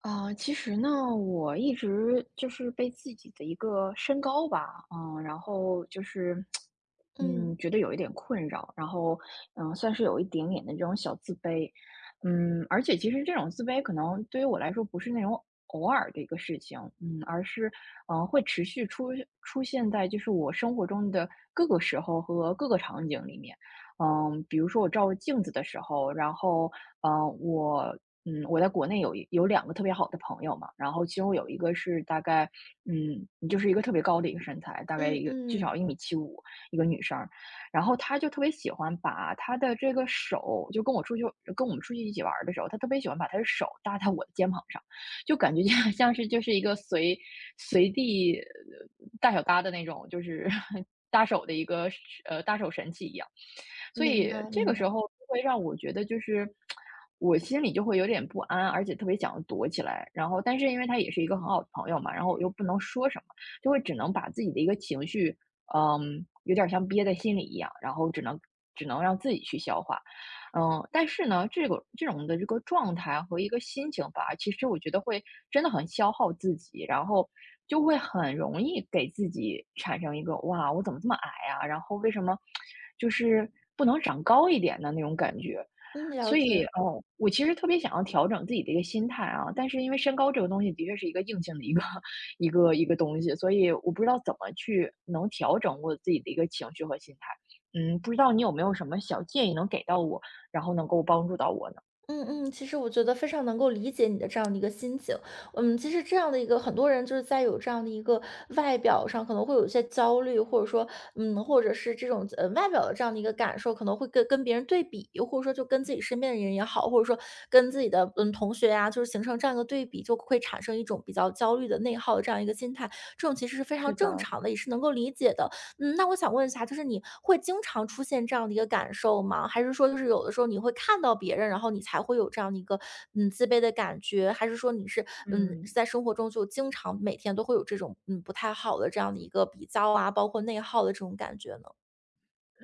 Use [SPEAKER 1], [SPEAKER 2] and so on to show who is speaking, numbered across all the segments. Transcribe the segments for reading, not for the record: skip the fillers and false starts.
[SPEAKER 1] 啊，其实呢，我一直就是被自己的一个身高吧，然后就是，
[SPEAKER 2] 嗯，
[SPEAKER 1] 觉得有一点困扰，然后，算是有一点点的这种小自卑。而且其实这种自卑可能对于我来说不是那种偶尔的一个事情，而是，会持续出现在就是我生活中的各个时候和各个场景里面。比如说我照镜子的时候，然后呃，我我在国内有两个特别好的朋友嘛。然后其中有一个是大概嗯，就是一个特别高的一个身材，大概
[SPEAKER 2] 嗯
[SPEAKER 1] 一个至少
[SPEAKER 2] 嗯，
[SPEAKER 1] 1.75米，一个女生儿，然后她就特别喜欢把她的这个手就跟我们出去一起玩儿的时候，她特别喜欢把她的手搭在我的肩膀上，就感觉像 像是就是一个随地，大小搭的那种，就是 搭手的一个，搭手神器一样。所
[SPEAKER 2] 明
[SPEAKER 1] 以
[SPEAKER 2] 白
[SPEAKER 1] 这
[SPEAKER 2] 明
[SPEAKER 1] 个时
[SPEAKER 2] 白，
[SPEAKER 1] 候就会让我觉得就是，我心里就会有点不安，而且特别想要躲起来。然后，但是因为他也是一个很好的朋友嘛，然后我又不能说什么，就会只能把自己的一个情绪，有点像憋在心里一样，然后只能让自己去消化。但是呢，这个这种的这个状态和一个心情吧，其实我觉得会真的很消耗自己，然后就会很容易给自己产生一个哇，我怎么这么矮呀？然后为什么就是不能长高一点的那种感觉？
[SPEAKER 2] 嗯，了
[SPEAKER 1] 所以，
[SPEAKER 2] 解，
[SPEAKER 1] 哦，我其实特别想要调整自己的一个心态啊。但是因为身高这个东西的确是一个硬性的一个 一个东西，所以我不知道怎么去能调整我自己的一个情绪和心态。不知道你有没有什么小建议能给到我，然后能够帮助到我呢？
[SPEAKER 2] 嗯嗯，其实我觉得非常能够理解你的这样的一个心情。其实这样的一个很多人就是在有这样的一个外表上可能会有一些焦虑，或者说，或者是这种外表的这样的一个感受，可能会跟别人对比，或者说就跟自己身边的人也好，或者说跟自己的同学呀、就是形成这样一个对比，就会产生一种比较焦虑的内耗的这样一个心态，这种其实是非常
[SPEAKER 1] 是
[SPEAKER 2] 正
[SPEAKER 1] 的。
[SPEAKER 2] 常的，也是能够理解的。那我想问一下，就是你会经常出现这样的一个感受吗？还是说就是有的时候你会看到别人，然后你才会有这样的一个，自卑的感觉？还是说你是，
[SPEAKER 1] 嗯。
[SPEAKER 2] 在生活中就经常每天都会有这种，不太好的这样的一个比较啊，包括内耗的这种感觉呢？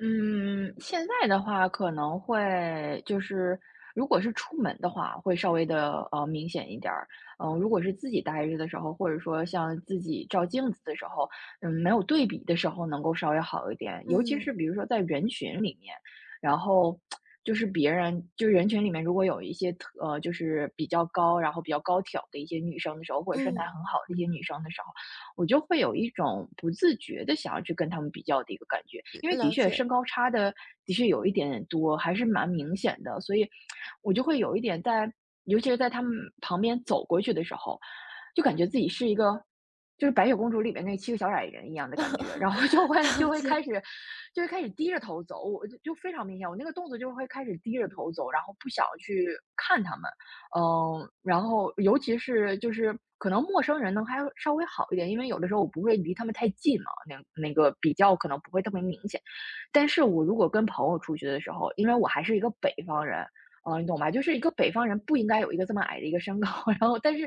[SPEAKER 1] 嗯，现在的话可能会就是如果是出门的话，会稍微的明显一点儿。如果是自己待着的时候，或者说像自己照镜子的时候，没有对比的时候能够稍微好一点。尤其是
[SPEAKER 2] 嗯，
[SPEAKER 1] 比如说在人群里面，然后就是别人就人群里面如果有一些就是比较高，然后比较高挑的一些女生的时候，或者身
[SPEAKER 2] 嗯，
[SPEAKER 1] 材很好的一些女生的时候，我就会有一种不自觉的想要去跟他们比较的一个感觉，因为的
[SPEAKER 2] 了
[SPEAKER 1] 确
[SPEAKER 2] 解，
[SPEAKER 1] 身高差的的确有一点点多，还是蛮明显的，所以我就会有一点在。尤其是在他们旁边走过去的时候，就感觉自己是一个就是白雪公主里面那七个小矮人一样的 感觉，然后就会
[SPEAKER 2] 了
[SPEAKER 1] 就会
[SPEAKER 2] 解。
[SPEAKER 1] 开始就会开始低着头走。我就非常明显，我那个动作就会开始低着头走，然后不想去看他们。然后尤其是就是可能陌生人呢还稍微好一点，因为有的时候我不会离他们太近嘛，那个比较可能不会特别明显。但是我如果跟朋友出去的时候，因为我还是一个北方人，你懂吧？就是一个北方人不应该有一个这么矮的一个身高。然后但是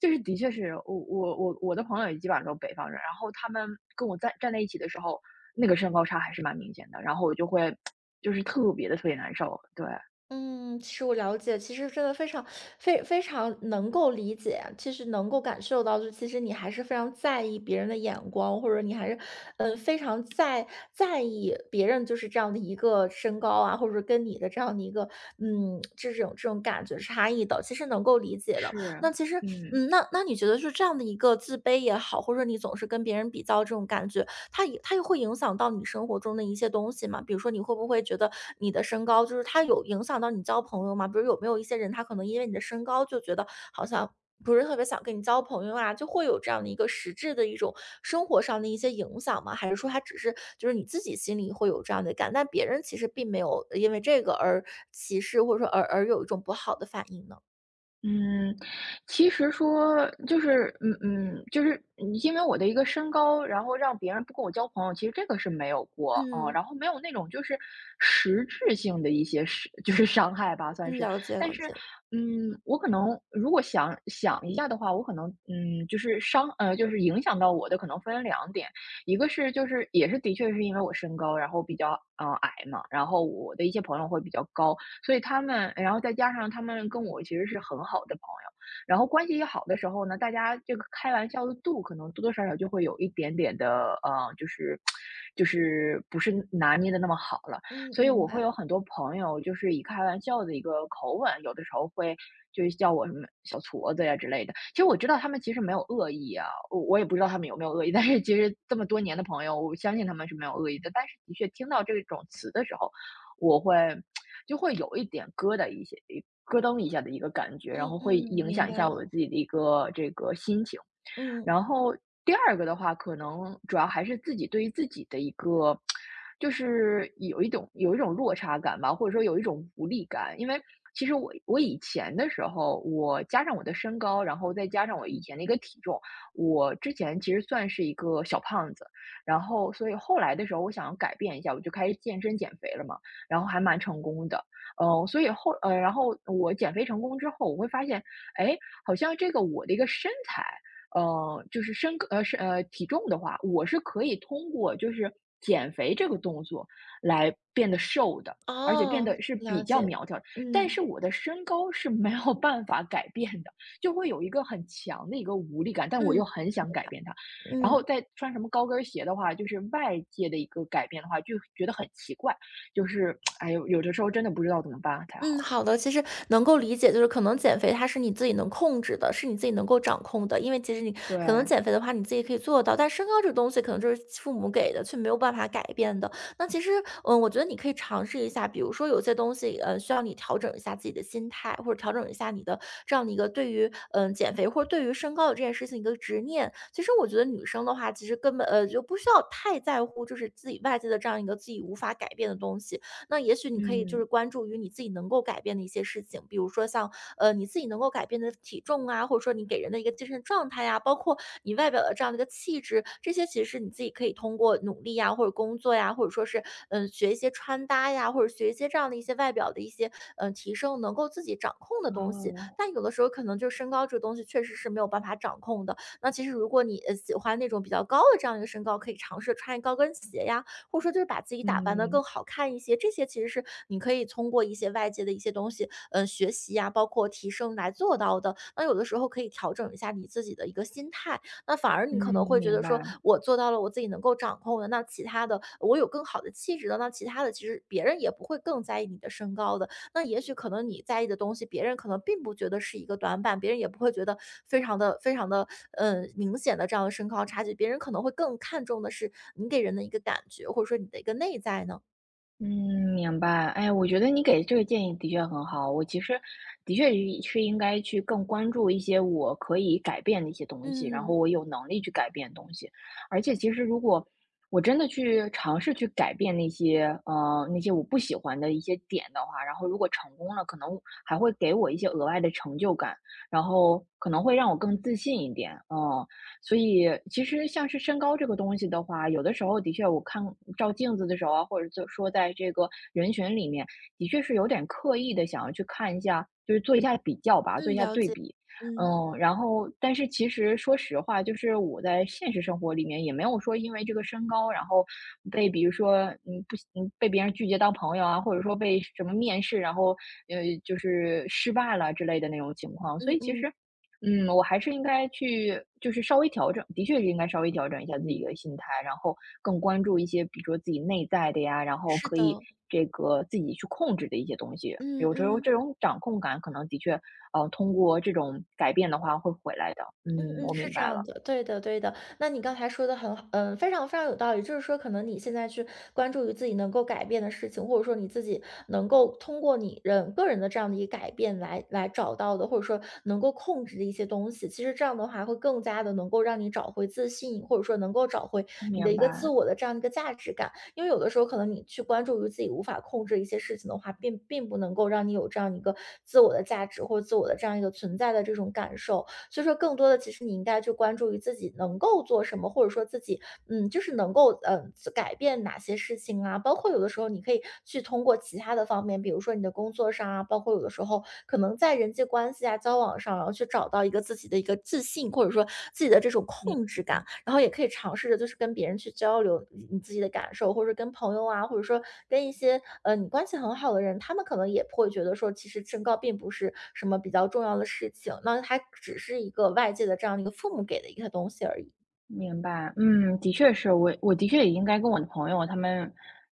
[SPEAKER 1] 就是的确是我的朋友也基本上都是北方人，然后他们跟我在站在一起的时候，那个身高差还是蛮明显的，然后我就会 就是特别的特别难受。对，
[SPEAKER 2] 嗯，其实我了解，其实真的非常非常能够理解，其实能够感受到，就其实你还是非常在意别人的眼光，或者你还是非常在意别人就是这样的一个身高啊，或者说跟你的这样的一个这种感觉差异的，其实能够理解的。那
[SPEAKER 1] 是，
[SPEAKER 2] 其实，
[SPEAKER 1] 嗯。
[SPEAKER 2] 那你觉得是这样的一个自卑也好，或者你总是跟别人比较这种感觉，它也会影响到你生活中的一些东西吗？比如说你会不会觉得你的身高，就是它有影响到你交朋友吗？比如有没有一些人，他可能因为你的身高就觉得好像不是特别想跟你交朋友啊，就会有这样的一个实质的一种生活上的一些影响吗？还是说他只是就是你自己心里会有这样的感，但别人其实并没有因为这个而歧视，或者说而有一种不好的反应呢？
[SPEAKER 1] 嗯，其实说就是就是因为我的一个身高，然后让别人不跟我交朋友，其实这个是没有过啊，
[SPEAKER 2] 嗯
[SPEAKER 1] 然后没有那种就是实质性的一些是 就是伤害吧，算
[SPEAKER 2] 嗯，
[SPEAKER 1] 是。
[SPEAKER 2] 了解
[SPEAKER 1] 但
[SPEAKER 2] 了
[SPEAKER 1] 是，
[SPEAKER 2] 解，
[SPEAKER 1] 我可能如果想想一下的话，我可能就是就是影响到我的可能分两点。一个是就是也是的确是因为我身高，然后比较矮嘛，然后我的一些朋友会比较高，所以他们然后再加上他们跟我其实是很好的朋友，然后关系一好的时候呢，大家这个开玩笑的度可能多多少少就会有一点点的，呃，就是就是不是拿捏的那么好了。
[SPEAKER 2] 嗯，
[SPEAKER 1] 所以
[SPEAKER 2] 明
[SPEAKER 1] 我会
[SPEAKER 2] 白，
[SPEAKER 1] 有很多朋友，就是以开玩笑的一个口吻，有的时候会就是叫我什么小矬子呀之类的。其实我知道他们其实没有恶意啊，我也不知道他们有没有恶意，但是其实这么多年的朋友，我相信他们是没有恶意的。但是的确听到这种词的时候，我会就会有一点疙瘩一些一咯噔一下的一个感觉，然
[SPEAKER 2] 嗯
[SPEAKER 1] 后会
[SPEAKER 2] 嗯，
[SPEAKER 1] 影
[SPEAKER 2] 明
[SPEAKER 1] 响一
[SPEAKER 2] 白
[SPEAKER 1] 下我
[SPEAKER 2] 了，
[SPEAKER 1] 自己的一个这个心情。
[SPEAKER 2] 嗯，
[SPEAKER 1] 然后第二个的话，可能主要还是自己对于自己的一个，就是有一种落差感吧，或者说有一种无力感。因为其实我以前的时候，我加上我的身高，然后再加上我以前的一个体重，我之前其实算是一个小胖子。然后所以后来的时候，我想要改变一下，我就开始健身减肥了嘛，然后还蛮成功的。所以然后我减肥成功之后，我会发现，哎，好像这个我的一个身材。就是体重的话，我是可以通过就是减肥这个动作来变得瘦的，而且变
[SPEAKER 2] 哦，
[SPEAKER 1] 得是
[SPEAKER 2] 了
[SPEAKER 1] 比较
[SPEAKER 2] 解，
[SPEAKER 1] 苗条的。但是
[SPEAKER 2] 嗯
[SPEAKER 1] 我的身高是没有办法改变的，就会有一个很强的一个无力感，但
[SPEAKER 2] 嗯，
[SPEAKER 1] 我又很想
[SPEAKER 2] 明
[SPEAKER 1] 改
[SPEAKER 2] 白，
[SPEAKER 1] 变它。然后
[SPEAKER 2] 嗯。
[SPEAKER 1] 再穿什么高跟鞋的话，就是外界的一个改变的话，就觉得很奇怪，就是哎呦，有的时候真的不知道怎么办才
[SPEAKER 2] 嗯，
[SPEAKER 1] 好。
[SPEAKER 2] 好的，其实能够理解，就是可能减肥它是你自己能控制的，是你自己能够掌控的，因为其实你可能
[SPEAKER 1] 对。
[SPEAKER 2] 减肥的话，你自己可以做到，但身高这个东西可能就是父母给的，却没有办法改变的。那其实，我觉得你可以尝试一下，比如说有些东西，需要你调整一下自己的心态，或者调整一下你的这样的一个对于，减肥或者对于身高的这件事情一个执念。其实我觉得女生的话，其实根本就不需要太在乎，就是自己外界的这样一个自己无法改变的东西，那也许你可以就是
[SPEAKER 1] 嗯。
[SPEAKER 2] 关注于你自己能够改变的一些事情，比如说像你自己能够改变的体重啊，或者说你给人的一个精神状态呀、包括你外表的这样的一个气质，这些其实是你自己可以通过努力呀，或者工作呀，或者说是学一些穿搭呀，或者学一些这样的一些外表的一些提升，能够自己掌控的东西。
[SPEAKER 1] 哦。
[SPEAKER 2] 但有的时候可能就是身高这个东西确实是没有办法掌控的。那其实如果你喜欢那种比较高的这样一个身高，可以尝试穿高跟鞋呀，或者说就是把自己打扮得
[SPEAKER 1] 嗯
[SPEAKER 2] 更好看一些。这些其实是你可以通过一些外界的一些东西，学习呀，包括提升来做到的。那有的时候可以调整一下你自己的一个心态，那反而你可能
[SPEAKER 1] 嗯。
[SPEAKER 2] 会觉
[SPEAKER 1] 明
[SPEAKER 2] 得说，
[SPEAKER 1] 白。
[SPEAKER 2] 我做到了我自己能够掌控的，那其他的我有更好的气质的，那其他的其实别人也不会更在意你的身高的。那也许可能你在意的东西，别人可能并不觉得是一个短板，别人也不会觉得非常的非常的，明显的这样的身高差距，别人可能会更看重的是你给人的一个感觉，或者说你的一个内在呢？
[SPEAKER 1] 嗯。明白。哎呀，我觉得你给这个建议的确很好。我其实的确是应该去更关注一些我可以改变的一些东西，然后
[SPEAKER 2] 嗯，
[SPEAKER 1] 我有能力去改变的东西。而且，其实如果我真的去尝试去改变那些我不喜欢的一些点的话，然后如果成功了，可能还会给我一些额外的成就感，然后可能会让我更自信一点。嗯，所以其实像是身高这个东西的话，有的时候的确我看照镜子的时候啊，或者就说在这个人群里面，的确是有点刻意的想要去看一下，就是做一下比较吧，做
[SPEAKER 2] 嗯，
[SPEAKER 1] 一下
[SPEAKER 2] 了
[SPEAKER 1] 对
[SPEAKER 2] 解，
[SPEAKER 1] 比。
[SPEAKER 2] 嗯，
[SPEAKER 1] 然后但是其实说实话，就是我在现实生活里面也没有说因为这个身高，然后被比如说不行，被别人拒绝当朋友啊，或者说被什么面试，然后就是失败了之类的那种情况。所
[SPEAKER 2] 嗯
[SPEAKER 1] 以其
[SPEAKER 2] 嗯，
[SPEAKER 1] 实我还是应该去就是稍微调整，的确是应该稍微调整一下自己的心态，然后更关注一些，比如说自己内在的呀，然后
[SPEAKER 2] 是
[SPEAKER 1] 可以
[SPEAKER 2] 的，
[SPEAKER 1] 这个自己去控制的一些东西。
[SPEAKER 2] 嗯
[SPEAKER 1] 有时候
[SPEAKER 2] 嗯。
[SPEAKER 1] 这种掌控感，可能的确，通过这种改变的话会回来的。
[SPEAKER 2] 嗯
[SPEAKER 1] 嗯，
[SPEAKER 2] 嗯，
[SPEAKER 1] 我
[SPEAKER 2] 是
[SPEAKER 1] 明
[SPEAKER 2] 这
[SPEAKER 1] 白
[SPEAKER 2] 样
[SPEAKER 1] 了，
[SPEAKER 2] 的，对的对的。那你刚才说的很好，非常非常有道理。就是说，可能你现在去关注于自己能够改变的事情，或者说你自己能够通过个人的这样的一个改变来找到的，或者说能够控制的一些东西。其实这样的话，会更加的能够让你找回自信，或者说能够找回你的
[SPEAKER 1] 明
[SPEAKER 2] 一个自
[SPEAKER 1] 白，
[SPEAKER 2] 我的这样一个价值感。因为有的时候，可能你去关注于自己无法控制一些事情的话，并不能够让你有这样一个自我的价值或者自我的这样一个存在的这种感受。所以说更多的，其实你应该去关注于自己能够做什么，或者说自己，就是能够，改变哪些事情啊。包括有的时候你可以去通过其他的方面，比如说你的工作上啊，包括有的时候可能在人际关系啊、交往上，然后去找到一个自己的一个自信，或者说自己的这种
[SPEAKER 1] 明
[SPEAKER 2] 控制感。然后也可以尝试着就是跟别人去交流你自己的感受，或者跟朋友啊，或者说跟一些你关系很好的人，他们可能也会觉得说，其实身高并不是什么比较重要的事情，那它只是一个外界的这样的一个父母给的一个东西而已。
[SPEAKER 1] 嗯，的确是我的确也应该跟我的朋友他们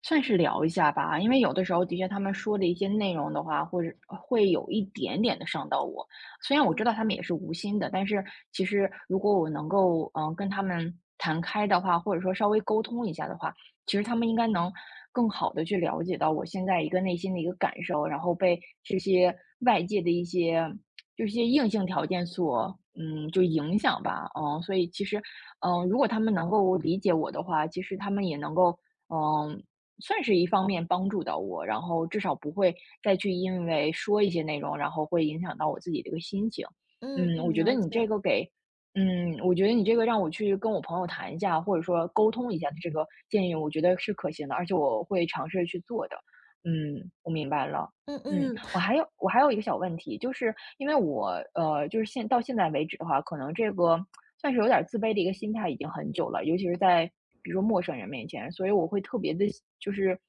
[SPEAKER 1] 算是聊一下吧，因为有的时候的确他们说的一些内容的话，或者会有一点点的伤到我。虽然我知
[SPEAKER 2] 嗯。
[SPEAKER 1] 道他们也是无心的，但是其实如果我能够跟他们谈开的话，或者说稍微沟通一下的话，其实他们应该能更好的去了解到我现在一个内心的一个感受，然后被这些外界的一些。就一些硬性条件所就影响吧。嗯，所以其实，如果他们能够理解我的话，其实他们也能够，嗯，算是一方面帮助到我，然后至少不会再去因为说一些内容，然后会影响到我自己的一个心情。
[SPEAKER 2] 嗯
[SPEAKER 1] 嗯，我
[SPEAKER 2] 嗯，
[SPEAKER 1] 觉得
[SPEAKER 2] 了解，
[SPEAKER 1] 你这个给我觉得你这个让我去跟我朋友谈一下，或者说沟通一下的这个建议，我觉得是可行的，而且我会尝试去做的。我明白了。
[SPEAKER 2] 嗯嗯，
[SPEAKER 1] 我还有一个小问题，就是因为我就是到现在为止的话，可能这个算是有点儿自卑的一个心态已经很久了，尤其是在比如说陌生人面前，所以我会特别的，就是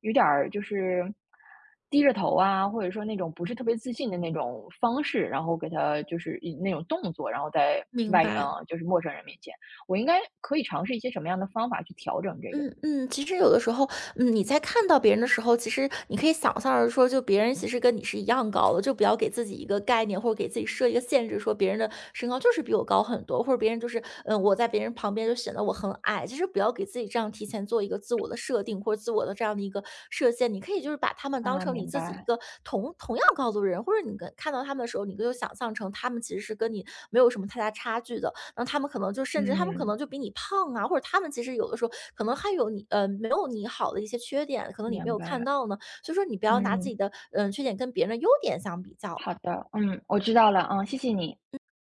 [SPEAKER 1] 有点儿就是低着头啊，或者说那种不是特别自信的那种方式，然后给他就是以那种动作，然后在
[SPEAKER 2] 明白。
[SPEAKER 1] 就是陌生人面前，我应该可以尝试一些什么样的方法去调整这个呢？
[SPEAKER 2] 嗯嗯，其实有的时候，你在看到别人的时候，其实你可以想象着说，就别人其实跟你是一样高的，就不要给自己一个概念，或者给自己设一个限制，说别人的身高就是比我高很多，或者别人就是，我在别人旁边就显得我很矮。其实不要给自己这样提前做一个自我的设定或者自我的这样的一个设限，你可以就是把他们当
[SPEAKER 1] 啊，
[SPEAKER 2] 成你
[SPEAKER 1] 明
[SPEAKER 2] 自己一
[SPEAKER 1] 白，
[SPEAKER 2] 个同样高度的人，或者你跟看到他们的时候，你就想象成他们其实是跟你没有什么太大差距的。那他们可能就甚至他们可
[SPEAKER 1] 嗯，
[SPEAKER 2] 能就比你胖啊，或者他们其实有的时候可能还有你没有你好的一些缺点，可能你没
[SPEAKER 1] 明
[SPEAKER 2] 有看
[SPEAKER 1] 白，
[SPEAKER 2] 到呢。所以说你不要拿自己
[SPEAKER 1] 嗯。
[SPEAKER 2] 的缺点跟别人的优点相比较，
[SPEAKER 1] 好的，嗯，我知道了，嗯，谢谢你。